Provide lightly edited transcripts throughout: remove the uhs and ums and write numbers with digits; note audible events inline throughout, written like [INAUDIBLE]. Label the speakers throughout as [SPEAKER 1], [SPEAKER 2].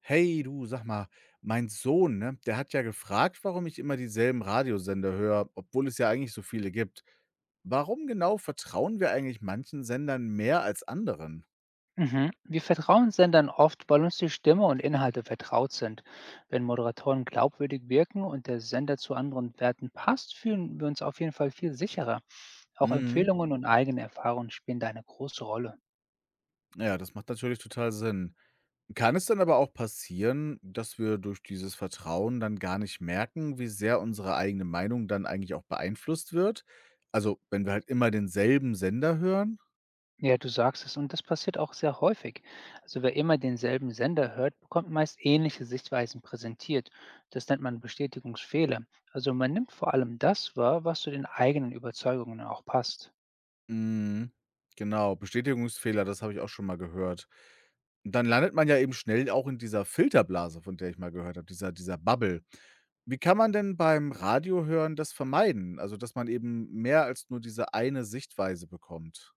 [SPEAKER 1] Hey du, sag mal, mein Sohn, ne, der hat ja gefragt, warum ich immer dieselben Radiosender höre, obwohl es ja eigentlich so viele gibt. Warum genau vertrauen wir eigentlich manchen Sendern mehr als anderen?
[SPEAKER 2] Mhm. Wir vertrauen Sendern oft, weil uns die Stimme und Inhalte vertraut sind. Wenn Moderatoren glaubwürdig wirken und der Sender zu anderen Werten passt, fühlen wir uns auf jeden Fall viel sicherer. Auch
[SPEAKER 1] Mhm.
[SPEAKER 2] Empfehlungen und eigene Erfahrungen spielen da eine große Rolle.
[SPEAKER 1] Ja, das macht natürlich total Sinn. Kann es dann aber auch passieren, dass wir durch dieses Vertrauen dann gar nicht merken, wie sehr unsere eigene Meinung dann eigentlich auch beeinflusst wird? Also, wenn wir halt immer denselben Sender hören?
[SPEAKER 2] Ja, du sagst es, und das passiert auch sehr häufig. Also wer immer denselben Sender hört, bekommt meist ähnliche Sichtweisen präsentiert. Das nennt man Bestätigungsfehler. Also man nimmt vor allem das wahr, was zu den eigenen Überzeugungen auch passt.
[SPEAKER 1] Mhm. Genau, Bestätigungsfehler, das habe ich auch schon mal gehört. Und dann landet man ja eben schnell auch in dieser Filterblase, von der ich mal gehört habe, dieser Bubble. Wie kann man denn beim Radio hören das vermeiden? Also, dass man eben mehr als nur diese eine Sichtweise bekommt?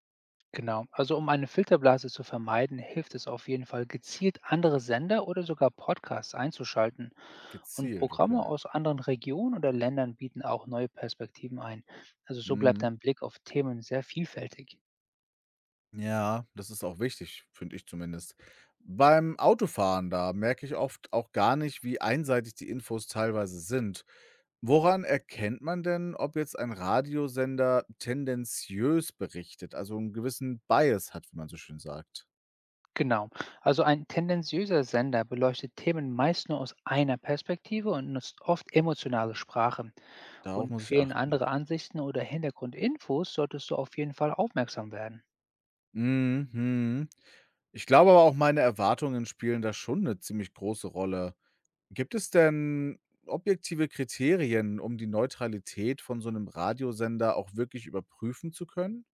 [SPEAKER 2] Genau. Also um eine Filterblase zu vermeiden, hilft es auf jeden Fall gezielt andere Sender oder sogar Podcasts einzuschalten. Und
[SPEAKER 1] Gezielt, okay.
[SPEAKER 2] Programme aus anderen Regionen oder Ländern bieten auch neue Perspektiven ein. Also so bleibt
[SPEAKER 1] Mhm.
[SPEAKER 2] dein Blick auf Themen sehr vielfältig.
[SPEAKER 1] Ja, das ist auch wichtig, finde ich zumindest. Beim Autofahren, da merke ich oft auch gar nicht, wie einseitig die Infos teilweise sind. Woran erkennt man denn, ob jetzt ein Radiosender tendenziös berichtet, also einen gewissen Bias hat, wie man so schön sagt?
[SPEAKER 2] Genau. Also ein tendenziöser Sender beleuchtet Themen meist nur aus einer Perspektive und nutzt oft emotionale Sprache.
[SPEAKER 1] Darauf
[SPEAKER 2] Und
[SPEAKER 1] muss ich
[SPEAKER 2] fehlen
[SPEAKER 1] achten.
[SPEAKER 2] andere Ansichten oder Hintergrundinfos, solltest du auf jeden Fall aufmerksam werden.
[SPEAKER 1] Mhm. Ich glaube aber auch, meine Erwartungen spielen da schon eine ziemlich große Rolle. Gibt es denn objektive Kriterien, um die Neutralität von so einem Radiosender auch wirklich überprüfen zu können?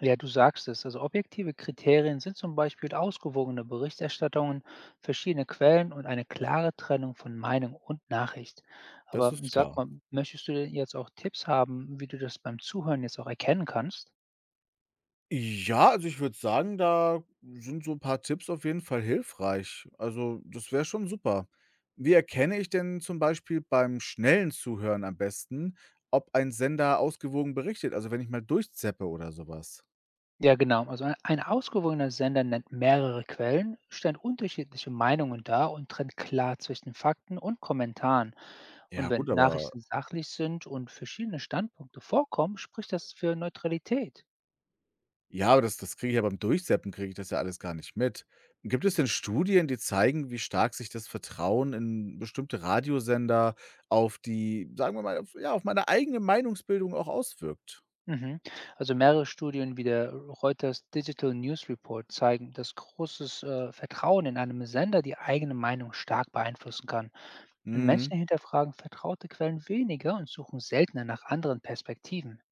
[SPEAKER 2] Ja, du sagst es. Also objektive Kriterien sind zum Beispiel ausgewogene Berichterstattungen, verschiedene Quellen und eine klare Trennung von Meinung und Nachricht.
[SPEAKER 1] Das
[SPEAKER 2] Aber
[SPEAKER 1] ist
[SPEAKER 2] sag
[SPEAKER 1] klar.
[SPEAKER 2] mal, möchtest du denn jetzt auch Tipps haben, wie du das beim Zuhören jetzt auch erkennen kannst?
[SPEAKER 1] Ja, also ich würde sagen, da sind so ein paar Tipps auf jeden Fall hilfreich. Also, das wäre schon super. Wie erkenne ich denn zum Beispiel beim schnellen Zuhören am besten, ob ein Sender ausgewogen berichtet? Also, wenn ich mal durchzappe oder sowas?
[SPEAKER 2] Ja, genau. Also ein ausgewogener Sender nennt mehrere Quellen, stellt unterschiedliche Meinungen dar und trennt klar zwischen Fakten und Kommentaren. Und
[SPEAKER 1] Ja
[SPEAKER 2] wenn
[SPEAKER 1] gut, aber
[SPEAKER 2] Nachrichten sachlich sind und verschiedene Standpunkte vorkommen, spricht das für Neutralität.
[SPEAKER 1] ja, aber das kriege ich ja beim Durchseppen kriege ich das ja alles gar nicht mit. Gibt es denn Studien, die zeigen, wie stark sich das Vertrauen in bestimmte Radiosender auf die, sagen wir mal, auf ja, auf meine eigene Meinungsbildung auch auswirkt?
[SPEAKER 2] Mhm. Also mehrere Studien wie der Reuters Digital News Report zeigen, dass großes Vertrauen in einem Sender die eigene Meinung stark beeinflussen kann. Und Menschen
[SPEAKER 1] Mhm.
[SPEAKER 2] hinterfragen vertraute Quellen weniger und suchen seltener nach anderen Perspektiven.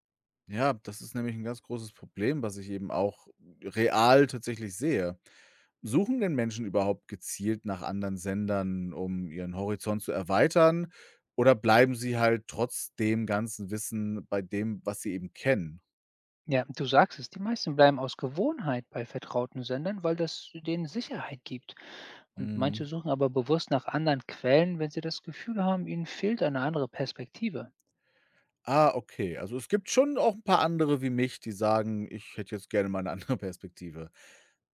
[SPEAKER 1] Ja, das ist nämlich ein ganz großes Problem, was ich eben auch real tatsächlich sehe. Suchen denn Menschen überhaupt gezielt nach anderen Sendern, um ihren Horizont zu erweitern, oder bleiben sie halt trotz dem ganzen Wissen bei dem, was sie eben kennen?
[SPEAKER 2] Ja, du sagst es, die meisten bleiben aus Gewohnheit bei vertrauten Sendern, weil das denen Sicherheit gibt. Und
[SPEAKER 1] Mhm.
[SPEAKER 2] manche suchen aber bewusst nach anderen Quellen, wenn sie das Gefühl haben, ihnen fehlt eine andere Perspektive.
[SPEAKER 1] Ah, okay. Also, es gibt schon auch ein paar andere wie mich, die sagen: „Ich hätte jetzt gerne mal eine [LAUGHS] andere Perspektive.“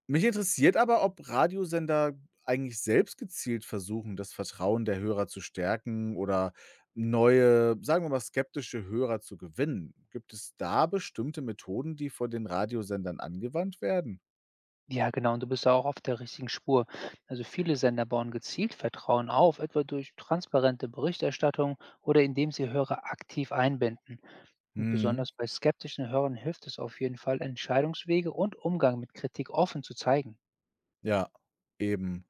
[SPEAKER 1] Mich interessiert aber, ob Radiosender eigentlich selbst gezielt versuchen, das Vertrauen der Hörer zu stärken oder neue, sagen wir mal, skeptische Hörer zu gewinnen. Gibt es da bestimmte Methoden, die von den Radiosendern angewandt werden?
[SPEAKER 2] Ja, genau, und du bist da auch auf der richtigen Spur. Also viele Sender bauen gezielt Vertrauen auf, etwa durch transparente Berichterstattung oder indem sie Hörer aktiv einbinden. Und
[SPEAKER 1] Mhm,
[SPEAKER 2] besonders bei skeptischen Hörern hilft es auf jeden Fall, Entscheidungswege und Umgang mit Kritik offen zu zeigen.
[SPEAKER 1] ja, eben.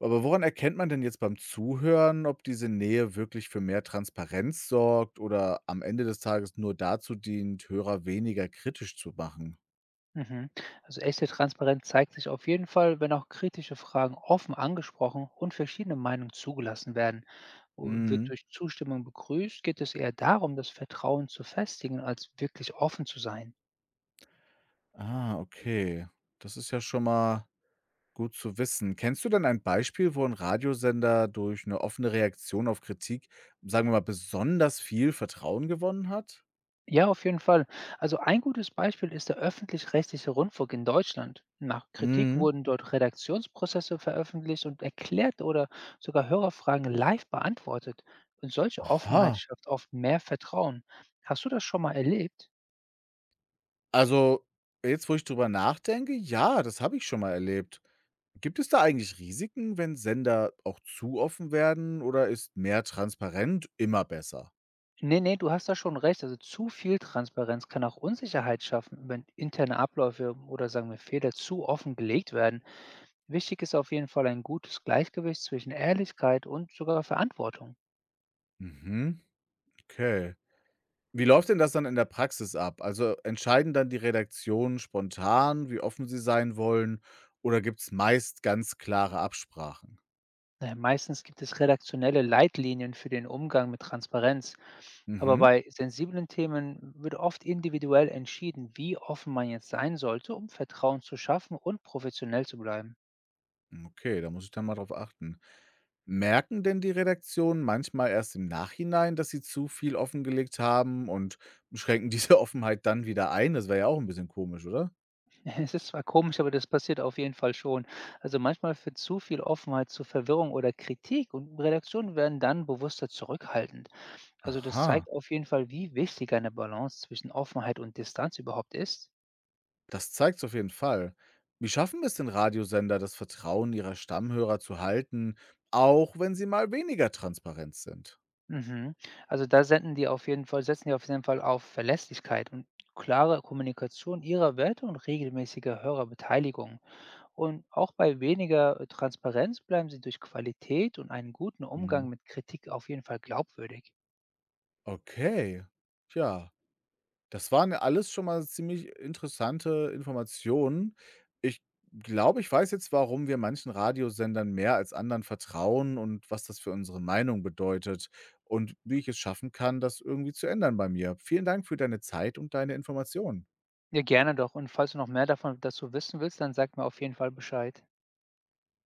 [SPEAKER 1] Aber woran erkennt man denn jetzt beim Zuhören, ob diese Nähe wirklich für mehr Transparenz sorgt oder am Ende des Tages nur dazu dient, Hörer weniger kritisch zu machen?
[SPEAKER 2] Mhm. Also echte Transparenz zeigt sich auf jeden Fall, wenn auch kritische Fragen offen angesprochen und verschiedene Meinungen zugelassen werden. Wird
[SPEAKER 1] Mhm.
[SPEAKER 2] durch Zustimmung begrüßt, geht es eher darum, das Vertrauen zu festigen, als wirklich offen zu sein.
[SPEAKER 1] Ah, okay. Das ist ja schon mal gut zu wissen. Kennst du denn ein Beispiel, wo ein Radiosender durch eine offene Reaktion auf Kritik, sagen wir mal, besonders viel Vertrauen gewonnen hat?
[SPEAKER 2] Ja, auf jeden Fall. Also ein gutes Beispiel ist der öffentlich-rechtliche Rundfunk in Deutschland. Nach Kritik
[SPEAKER 1] Mhm.
[SPEAKER 2] wurden dort Redaktionsprozesse veröffentlicht und erklärt oder sogar Hörerfragen live beantwortet. Und solche Offenheit
[SPEAKER 1] Aha.
[SPEAKER 2] schafft oft mehr Vertrauen. Hast du das schon mal erlebt?
[SPEAKER 1] Also, jetzt wo ich drüber nachdenke, ja, das habe ich schon mal erlebt. Gibt es da eigentlich Risiken, wenn Sender auch zu offen werden oder ist mehr transparent immer besser?
[SPEAKER 2] Nee, nee, du hast da schon recht. Also zu viel Transparenz kann auch Unsicherheit schaffen, wenn interne Abläufe oder sagen wir Fehler zu offen gelegt werden. Wichtig ist auf jeden Fall ein gutes Gleichgewicht zwischen Ehrlichkeit und sogar Verantwortung.
[SPEAKER 1] Mhm, okay. Wie läuft denn das dann in der Praxis ab? Also entscheiden dann die Redaktionen spontan, wie offen sie sein wollen oder gibt es meist ganz klare Absprachen?
[SPEAKER 2] Naja, meistens gibt es redaktionelle Leitlinien für den Umgang mit Transparenz, aber
[SPEAKER 1] Mhm,
[SPEAKER 2] bei sensiblen Themen wird oft individuell entschieden, wie offen man jetzt sein sollte, um Vertrauen zu schaffen und professionell zu bleiben. [LAUGHS]
[SPEAKER 1] okay, da muss ich dann mal drauf achten. Merken denn die Redaktionen manchmal erst im Nachhinein, dass sie zu viel offengelegt haben und schränken diese [LAUGHS] Offenheit dann wieder ein? Das wäre ja auch ein bisschen komisch, oder?
[SPEAKER 2] Es ist zwar komisch, aber das passiert auf jeden Fall schon. Also manchmal führt zu viel Offenheit zu Verwirrung oder Kritik und Redaktionen werden dann bewusster zurückhaltend. Also das
[SPEAKER 1] Aha.
[SPEAKER 2] zeigt auf jeden Fall, wie wichtig eine Balance zwischen Offenheit und Distanz überhaupt ist.
[SPEAKER 1] Das zeigt's auf jeden Fall. Wie schaffen es denn Radiosender, das Vertrauen ihrer Stammhörer zu halten, auch wenn sie mal weniger transparent sind?
[SPEAKER 2] Mhm. Also da senden die auf jeden Fall setzen die auf jeden Fall auf Verlässlichkeit und klare Kommunikation ihrer Werte und regelmäßige Hörerbeteiligung. Und auch bei weniger Transparenz bleiben sie durch Qualität und einen guten
[SPEAKER 1] Mhm.
[SPEAKER 2] Umgang mit Kritik auf jeden Fall glaubwürdig.
[SPEAKER 1] Okay. Tja, das waren ja alles schon mal ziemlich interessante Informationen. Ich glaube, ich weiß jetzt, warum wir manchen Radiosendern mehr als anderen vertrauen und was das für unsere Meinung bedeutet und wie ich es schaffen kann, das irgendwie zu ändern bei mir. Vielen Dank für deine Zeit und deine Informationen.
[SPEAKER 2] Ja, gerne doch. Und falls du noch mehr davon dazu wissen willst, dann sag mir auf jeden Fall Bescheid.